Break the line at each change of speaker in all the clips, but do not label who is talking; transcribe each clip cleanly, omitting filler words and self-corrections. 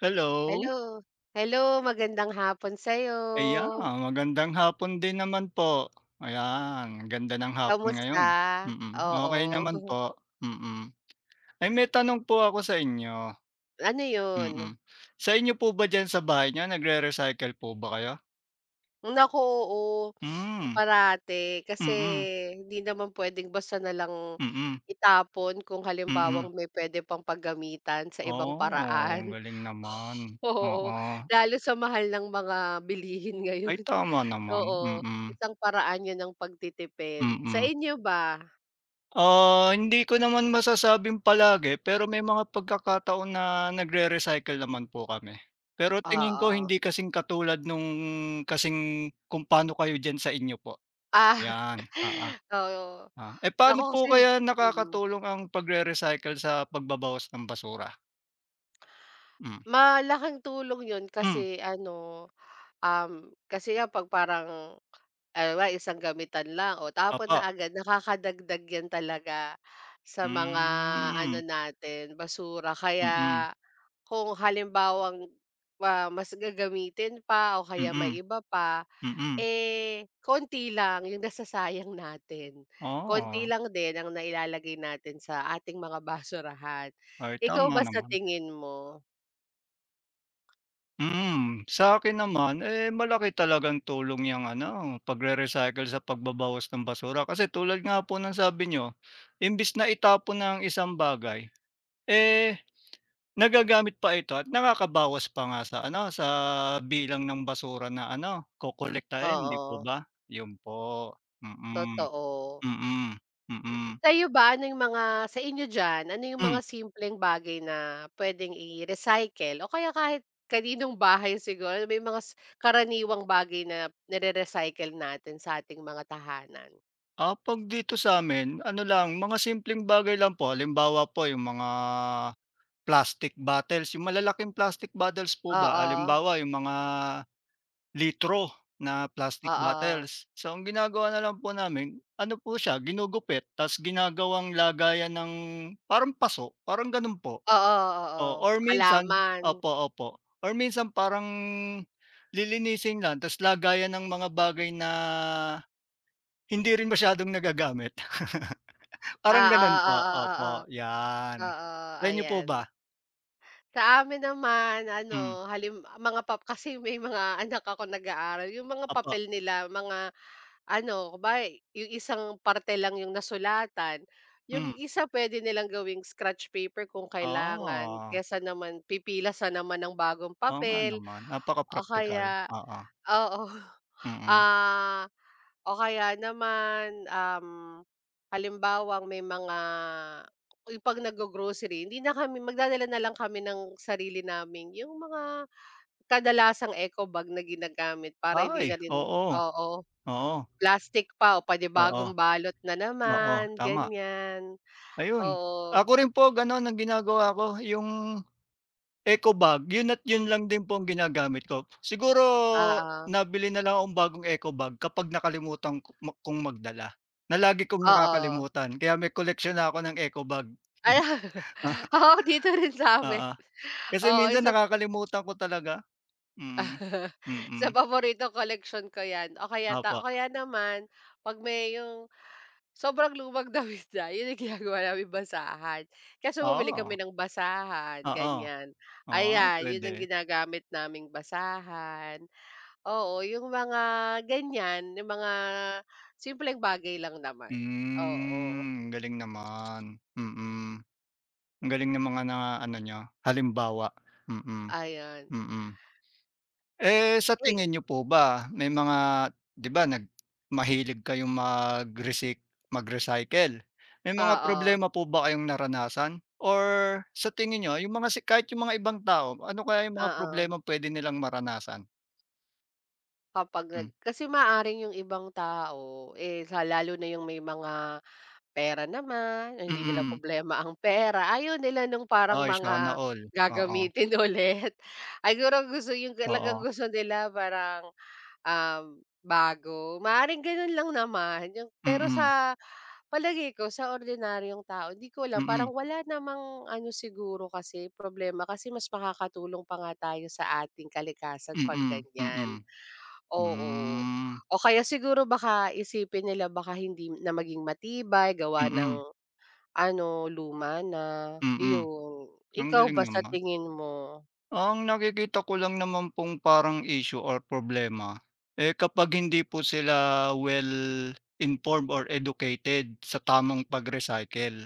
Hello.
Hello. Hello, magandang hapon sa'yo.
Ayan, magandang hapon din naman po. Ayan, ang ganda ng hapon
Kamusta?
ngayon. Okey
Oo.
naman po, mm. Ay may tanong po ako sa inyo,
Ano
mm.
'yun?
Sa inyo po ba diyan sa bahay niyo nagre-recycle po ba kayo?
Naku, oo.
Hmm,
Parate, kasi
mm,
hindi naman puwedeng basta na lang
mm,
itapon kung
mm.
halimbawang may puwede pang paggamitan sa ibang
Oh, ang
paraan.
galing naman.
Oo,
Oo.
lalo sa mahal ng mga bilihin
Ay
ngayon.
tama naman,
Oo,
mm,
isang paraan 'yun ng pagtitipid. Sa
mm.
inyo ba?
Ah, hindi ko naman masasabing palagi, pero may mga pagkakataon na nagre-recycle naman po kami. Pero tingin ko
Oo.
hindi kasing katulad nung kung paano kayo diyan sa inyo po,
Ah,
'yan, oo,
oo.
oo. Eh,
Ako
paano po
kasi,
kaya
mm,
nakakatulong ang pagre-recycle sa pagbabawas ng basura? Hmm,
malaking tulong 'yun
hmm,
kasi ano, kasi nga 'pag parang halimbawa isang gamitan lang o tapon na
opo,
agad, nakakadagdag 'yan talaga sa mga ano
hmm,
natin, basura.
mm,
Kaya kung halimbawang, ah, mas gagamitin pa o kaya may
mm,
iba pa.
mm,
Eh, konti lang yung nasasayang natin. Konti
oo,
lang din ang nailalagay natin sa ating mga basurahan.
ay
Ikaw
tama
ba sa
naman.
tingin mo?
Hmm, akin naman, eh, malaki talagang tulong yung ano, pagre-recycle sa pagbabawas ng basura. Kasi tulad nga po ng sabi niyo, imbis na itapon na isang bagay, eh, nagagamit pa ito at nakakabawas pa nga sa ano, sa bilang ng basura na ano, kokolektahin, hindi po
Oo,
ba? 'Yun po, mm,
totoo.
mm, mm.
Sa'yo ba, ano yung mga sa inyo diyan, ano yung
Hmm,
mga simpleng bagay na pwedeng i-recycle o kaya kahit kaninong bahay siguro may mga karaniwang bagay na nire-recycle natin sa ating mga tahanan?
ah, 'pag dito sa'min ano lang, mga simpleng bagay lang po. Halimbawa po, yung mga plastic bottles, yung malalaking plastic bottles po ba,
Oo,
halimbawa yung mga litro na plastic
oo.
bottles. So, ang ginagawa na lang po namin, ano po siya, ginugupit ta's ginagawang lagayan ng parang paso, parang gano'n po.
Oo, oo.
O
Oo.
or minsan
Halaman.
opo, opo. Or minsan parang lilinisin lang ta's lagayan ng mga bagay na hindi rin masyadong nagagamit. Parang
Oo,
gano'n po,
oo, oo.
opo, 'yan.
Oo, oo,
Sa inyo po
ayan.
ba?
Sa amin naman,
Hmm,
ano, mga kasi may mga anak ako nag-aaral, yung mga
opo,
papel nila, mga ano, kunwari yung isang parte lang yung nasulatan, yung
hmm.
isa pwede nilang gawing scratch paper kung kailangan,
Ah,
kaysa naman pipila sa naman ng bagong
oo nga
papel
naman,
o
napaka-praktikal,
kaya.
oo,
Oo.
mm.
Ah, o kaya naman, halimbawang may mga yung 'pag naggo-grocery, hindi na kami magdadala, na lang kami ng sarili naming yung mga kadalasang eco bag na ginagamit para
Ay,
hindi na rin,
oo,
oo,
oo,
plastic pa o
oo,
panibagong balot na
oo,
naman,
tama.
ganyan.
Ayun,
Oo,
ako rin po gano'n ang ginagawa ko, yung eco bag, yun at yun lang din po ang ginagamit ko. Siguro
oo,
nabili na lang akong bagong eco bag kapag nakalimutan ko kong magdala, na lagi kong
oo.
nakakalimutan kaya may koleksyon na ako ng eco bag.
Ay, oo, dito rin
Ah,
sa'min.
oo, kasi
Oo,
minsan
isa.
nakakalimutan ko talaga, mm,
Sa
mm,
paboritong collection ko 'yan o kaya
opo,
o kaya naman 'pag may yung sobrang lumang damit na, yun yung ginagawa naming basahan. Kaso bumili kami
oo.
ng basahan,
Oo,
ganyan.
oo,
Ayan, yun
puwede.
ang ginagamit naming basahan. Oo, yung mga ganyan, yung mga simpleng bagay lang naman. Oo,
Hmm, ang galing naman, mm. Ang galing ng mga na ano niyo, halimbawa, mm,
ayan.
mm. Eh, sa
Eh,
tingin niyo po ba may mga, 'di ba mahilig kayong mag-recycle? May mga
oo,
problema po ba kayong naranasan, or sa tingin niyo yung mga kahit yung mga ibang tao, ano kaya yung mga
oo.
problema pwede nilang maranasan?
Kapag
Hmm,
kasi maaring yung ibang tao, eh, sa lalo na yung may mga pera naman, o hindi nila
mm.
problema ang pera, ayaw nila nung parang
Ay, sana
mga
all, oo,
gagamitin ulit. Ay siguro gusto, yung
oo,
talagang gusto nila parang, bago. Maaaring gano'n lang naman yung pero
mm,
sa palagi ko sa ordinaryong tao hindi ko alam,
mm.
parang wala namang ano siguro kasi problema, kasi mas makakatulong pa nga tayo sa ating kalikasan 'pag
Mm,
ganyan,
mm.
oo.
Hmm,
O kaya siguro baka isipin nila baka hindi na maging matibay gawa ng
mm,
ano, luma na,
mm.
iyon.
Ang
Ikaw
galing
ba sa
naman.
tingin mo?
Ang nakikita ko lang naman pong parang issue or problema, eh, kapag hindi po sila well informed or educated sa tamang pag-recycle.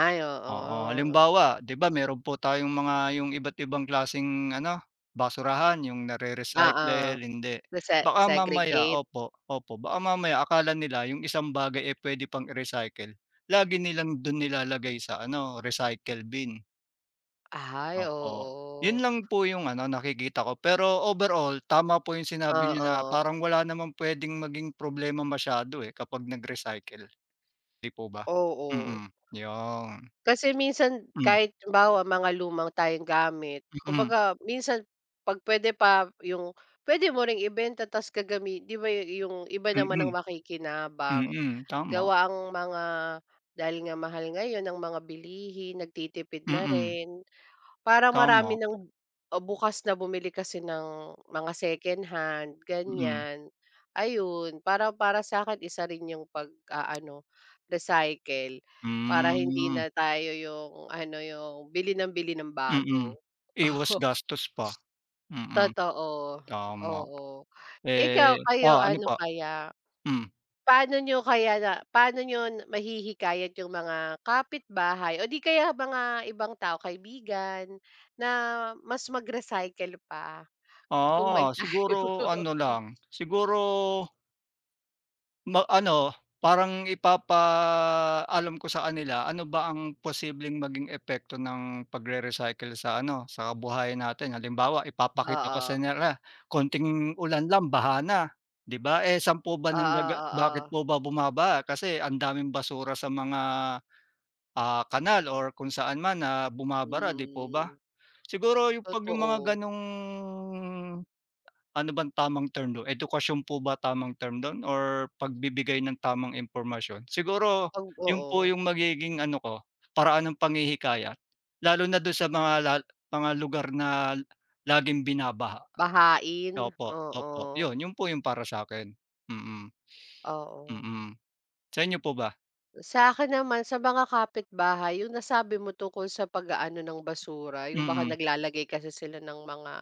Ay,
Oo,
oo.
halimbawa 'di ba meron po tayong yung iba't ibang klaseng ano, basurahan yung
Oo,
nare-recycle, hindi.
nase
Baka mamaya
segregate.
opo, opo, baka mamaya akala nila yung isang bagay, eh, puwede pang i-recycle, lagi nilang dun nilalagay sa ano, recycle bin,
Ay,
opo.
oo.
Yun lang po yung ano, nakikita ko, pero overall tama po yung sinabi niyo na
Oo,
parang wala naman puwedeng maging problema masyado, eh, kapag nag-recycle, 'di po ba?
oo.
Mm, yun.
Kasi minsan
Hmm,
kahit halimbawa mga lumang tayong gamit, kumbaga minsan 'pag puwede pa yung puwede mo ring ibenta ta's 'di ba yung iba
mm,
naman ang
mm.
makikinabang.
Mm, tama.
Gawa ang mga, dahil nga mahal ngayon ang mga bilihin, nagtitipid na
Mm,
rin. Parang marami
tama.
ng, o bukas na bumili kasi ng mga second hand,
Mm,
ganyan. Ayun, para para sa'kin isa rin yung pag-aano, recycle, para hindi
hmm,
na tayo yung ano, yung bili ng
mm.
bago.
Iwas
Oo,
gastos pa, mm,
totoo,
tama.
oo. Ikaw,
Eh,
kayo
ah, ano
ano
pa?
kaya?
Hmm,
Paano niyo kaya na paano niyo mahihikayat yung mga kapitbahay o di kaya mga ibang tao, kaibigan, na mas mag-recycle pa kung may
ah,
time?
siguro ano lang, siguro ano, parang ipapaalam ko sa kanila ano ba ang posibleng maging epekto ng pagre-recycle sa ano, sa kabuhayan natin. Halimbawa, ipapakita ko
Oo,
sa nila, konting ulan lang baha na, 'di ba? Eh, saan po ba
oo, oo.
bakit
Oo.
po ba bumaba? Kasi ang daming basura sa mga, ah, kanal or kung saan man na bumabara, 'di po ba?
Mm,
Siguro yung 'pag yung mga
totoo.
gano'ng ano bang tamang term dun, edukasyon po ba tamang term don? Or pagbibigay ng tamang impormasyon? Siguro
Pag
yun po
oo,
yung magiging ano ko, paraan ng panghihikayat, lalo na dun sa mga lugar na laging binabaha.
bahain,
Opo, opo,
oo,
yun, yun po yung para sa'kin. Mm,
oo.
mm. Sa inyo po ba?
Sa akin naman, sa mga kapitbahay, yung nasabi mo tungkol sa pag-aano ng basura, yung baka
Mm,
naglalagay kasi sila ng mga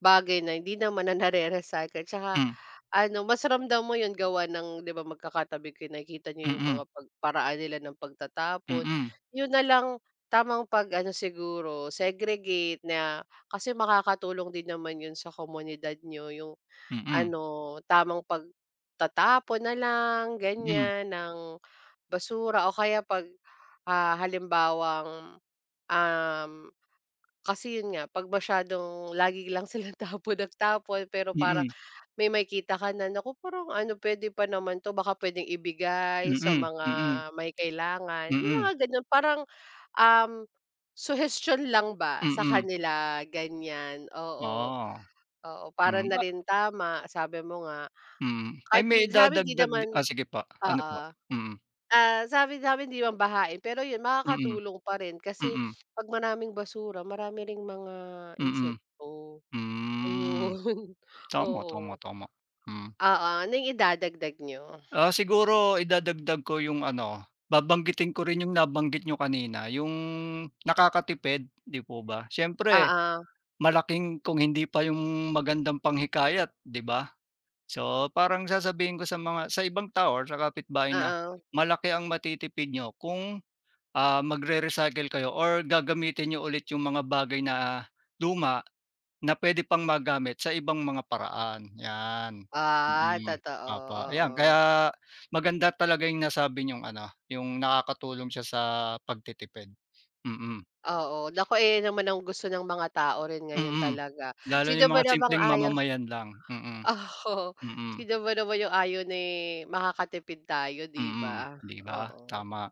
bagay na hindi naman na nare-recycle tsaka
hmm,
ano, mas ramdam mo 'yun gawa ng, 'di ba magkakatabi kayo, nakikita nyo 'yung
mm,
mga paraan nila ng pagtatapon.
mm,
'Yun na lang, tamang pag-ano siguro, segregate na, kasi makakatulong din naman 'yun sa komunidad nyo, 'yung
mm, mm,
ano, tamang pagtatapon na lang
mm,
ganyan ng basura. O kaya 'pag, ah, halimbawang, um kasi yun nga, 'pag masyadong lagi lang silang tapon ng tapon pero parang may makita ka na, naku, parang ano, puwede pa naman 'to, baka puwedeng ibigay sa
mm,
mga
mm,
may kailangan, yung
mm,
mga gano'n. Parang, um, suhestiyon lang ba sa
mm,
kanila, ganyan. Oo,
ah,
oo, para
mm, oo, hmm.
na rin tama, sabi mo nga.
Mm. Ay
Kahit
may
'di sa'min 'di
dadagdag
naman,
di ah, sige po, ano
oo,
po? Mm,
ah, sa'min 'di naman bahain, pero yun
mm,
makakatulong pa rin, kasi
mm,
'pag maraming basura, marami ring mga
mm,
insekto.
hmm.
Ayun,
Tama, tama,
oo.
tama, hmm.
Oo, ano yung idadagdag niyo?
Ah, siguro idadagdag ko yung ano, babanggitin ko rin yung nabanggit niyo kanina, yung nakakatipid, 'di po ba? Siyempre
Oo,
malaking kung hindi pa yung magandang panghikayat, 'di ba? So, parang sasabihin ko sa mga sa ibang tao or sa kapitbahay na
oo.
malaki ang matitipid niyo kung, ah, magre-recycle kayo or gagamitin niyo ulit yung mga bagay na luma na pwede pang magamit sa ibang mga paraan, 'yan.
Ah,
Mm,
totoo,
opo. Ayan,
oo.
kaya maganda talaga yung nasabi yung ano, yung nakakatulong siya sa pagtitipid. Mm,
Oo, naku, eh, yun naman ang gusto ng mga tao rin ngayon
mm.
talaga.
Lalo
Sino
yung
ba
mga
namang
simpleng
ayaw?
mamamayan lang. Mm,
Oo,
mm,
sino ba naman yung ayaw na, eh, makakatipid tayo, 'di
mm,
ba?
'di ba?
Oo.
Tama.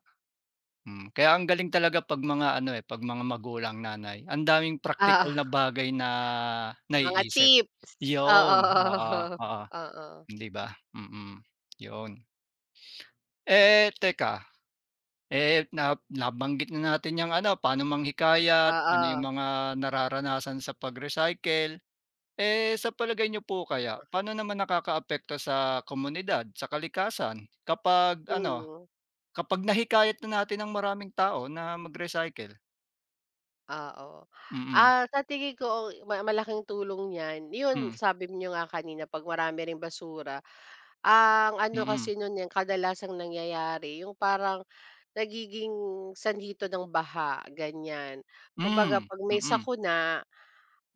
Hmm, kaya ang galing talaga 'pag mga ano, eh, 'pag mga magulang, nanay. Ang daming
Oo,
praktikal na bagay na
mga
naiisip.
tips, oo,
'Yun, oo,
oo,
oo,
oo,
'di ba? Mm, 'yun. Eh, teka, eh, na nabanggit na natin yung ano, paano manghikayat, ano
oo,
yung mga nararanasan sa pag-recycle. Eh, sa palagay nyo po kaya, paano naman nakakaapekto sa komunidad, sa kalikasan kapag ano,
mm.
kapag nahikayat na natin ang maraming tao na mag-recycle?
Ah, oo.
Mm.
Ah, sa tingin ko malaking tulong niyan, 'yun
Hmm,
sabi niyo nga kanina 'pag marami ring basura, ang ano
mm.
kasi nun yung kadalasang nangyayari yung parang nagiging sanhi 'to ng baha, ganiyan. Kumbaga
Hmm,
'pag may
mm,
sakuna,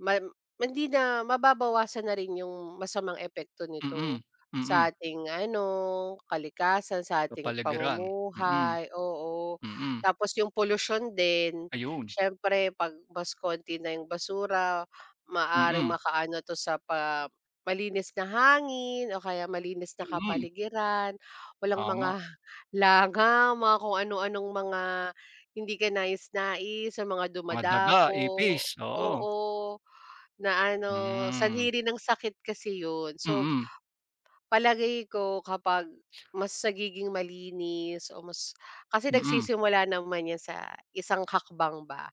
Hindi na, mababawasan na rin yung masamang epekto nito
mm, mm,
sa ating ano, kalikasan, sa ating
kapaligiran, mm,
pamumuhay, oo.
mm,
Tapos yung polusyon din,
ayun,
siyempre 'pag mas konti na yung basura, maaring
mm,
makaano 'to sa malinis na hangin o kaya malinis na
mm,
kapaligiran, walang mga
tama,
langaw, mga kung ano-anong mga hindi kanais-nais, sa mga
mga daga,
dumadapo,
ipis, oo,
oo. Na ano,
hmm,
sanhi rin ng sakit kasi yun. So,
mm,
palagay ko kapag mas nagiging malinis o mas, kasi
mm,
nagsisimula naman yan sa isang hakbang ba,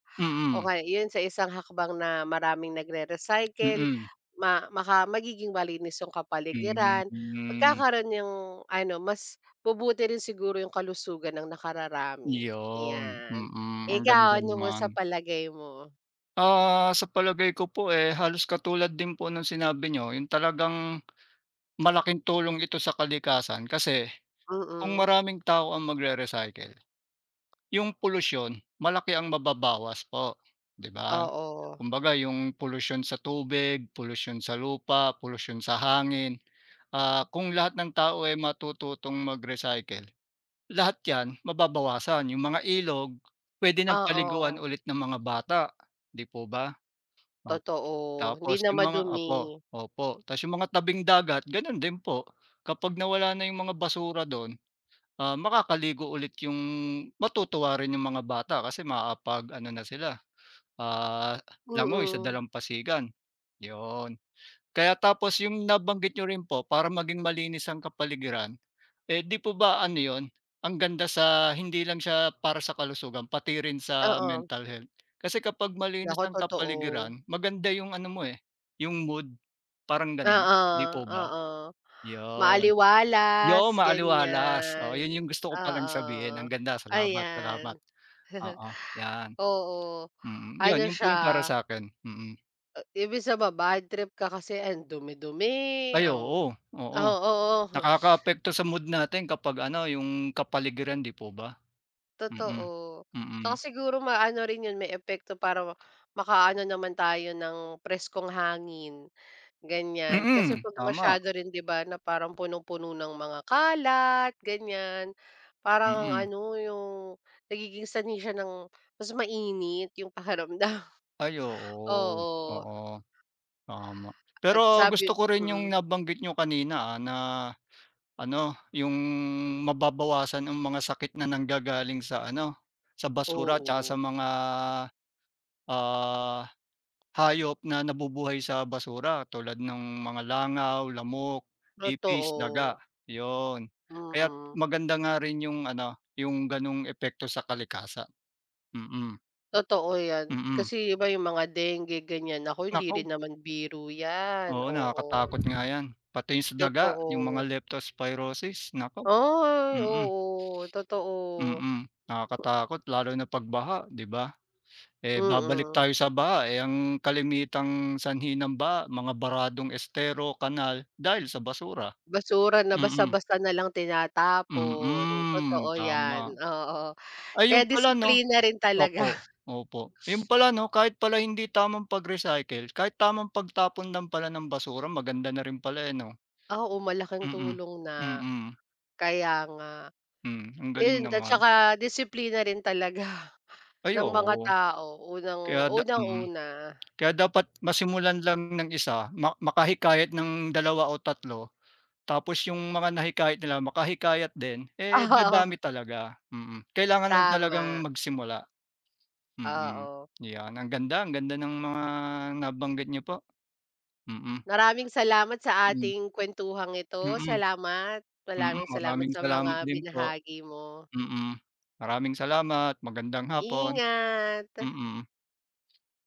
o
mm,
kaya yun sa isang hakbang na maraming nagre-recycle,
mm,
ma maka magiging malinis yung kapaligiran,
hmm,
magkakaroon yung ano, mas bubuti rin siguro yung kalusugan ng nakararami,
yun,
yan.
mm, ang ganda
Ikaw, ano po sa
naman.
palagay mo?
Ah, sa palagay ko po, eh, halos katulad din po ng sinabi niyo, yung talagang malaking tulong ito sa kalikasan kasi kung
Mm,
maraming tao ang magre-recycle, yung polusyon, malaki ang mababawas po, 'di ba?
oo,
Kumbaga yung polusyon sa tubig, polusyon sa lupa, polusyon sa hangin, ah, kung lahat ng tao ay matututong mag-recycle, lahat 'yan mababawasan. Yung mga ilog, puwede ng
oo.
paliguan ulit ng mga bata, 'di po ba? Op
Totoo, hindi
Tapos
na
yung mga
madumi.
opo, opo. Tapos yung mga tabing dagat gano'n din po, kapag nawala na yung mga basura do'n, ah, makakaligo ulit yung matutuwa rin yung mga bata kasi maapag ano na sila, ah, langoy sa
Mm,
dalampasigan, 'yun. Kaya tapos yung nabanggit nyo rin po para maging malinis ang kapaligiran, eh, 'di po ba ano 'yun, ang ganda, sa hindi lang siya para sa kalusugan pati rin sa
oo.
mental health. Kasi kapag malinis
Naku,
ang
totoo.
kapaligiran maganda yung ano mo, eh, yung mood, parang gano'n,
Oo,
'di po ba?
oo.
'Yun.
Maaliwalas,
Yo, maaliwalas. Oh
ganyan.
'yun yung gusto ko palang sabihin.
Oo,
Ang ganda, salamat, salamat.
ayan.
Oo, 'yan,
Oo,
mm. 'Yun,
ano
'yun
siya,
po yung para sa'kin, mm.
imbes na ba-bad trip ka kasi ang dumi-dumi,
Ay,
ang
oo, oo.
oo, oo,
Nakakaapekto sa mood natin kapag ano, yung kapaligiran, 'di po ba? Mm,
totoo. Tsaka
mm.
siguro maano rin yun, may epekto para makaano naman tayo ng preskong hangin. Ganyan, kasi
Mm,
'pag
tama,
masyado rin 'di ba, na parang punong-puno ng mga kalat, ganyan. Parang ang
mm.
ano, yung nagiging sanhi siya ng mas mainit yung pakiramdam.
Ay, oo,
Oo,
oo, tama.
at
Pero
sabi,
gusto ko rin
mm,
yung nabanggit niyo kanina, ah, na ano, yung mababawasan ang mga sakit na nanggagaling sa ano, sa basura tsaka
oo,
sa mga, ah, hayop na nabubuhay sa basura tulad ng mga langaw, lamok, ipis, daga,
totoo.
yon kaya
Mm,
maganda nga rin yung ano, yung gano'ng epekto sa kalikasan, mm,
totoo 'yan.
mm.
Kasi 'di ba yung mga dengue ganyan, naku hindi
Naku,
rin naman biro 'yan,
oo
oo,
nakakatakot nga 'yan, pati yung sa daga, yung mga
totoo.
leptospirosis, naku,
Ay,
mm,
oo, totoo,
mm. Nakakatakot lalo na 'pag baha, 'di ba? Eh, babalik
mm.
tayo sa baha, eh, ang kalimitang sanhi ng baha mga baradong estero, kanal dahil sa basura.
Basura na basa
Mm,
basa na lang tinatapon,
mm,
totoo 'yan,
tama.
oo.
Ay
Kaya
yun pala 'no
disiplina rin talaga,
opo, opo. Yun pala 'no, kahit pala hindi tamang pag-recycle, kahit tamang pagtapon lang pala ng basura maganda na rin pala eh 'no?
oo, malaking
Mm,
tulong na,
mm,
kaya nga.
hmm, ang galing
Ayun at
naman.
saka disiplina rin talaga
Ay
ng mga
oo,
tao, unang
kaya da mm.
unang-una,
Kaya dapat masimulan lang ng isa, ma makahikayat ng dalawa o tatlo. Tapos yung mga nahikayat nila makahikayat din, eh, dadami
oo,
talaga, mm. Kailangan lang talagang
tama,
magsimula, mm.
oo.
'Yan, ang ganda ng mga nabanggit niyo po, mm,
Maraming salamat sa
mm,
ating kuwentuhang ito,
mm, mm.
salamat. Maraming salamat
Maraming
sa mga
salamat din po,
binahagi mo.
mm. Maraming salamat, magandang hapon,
Ingat.
mm.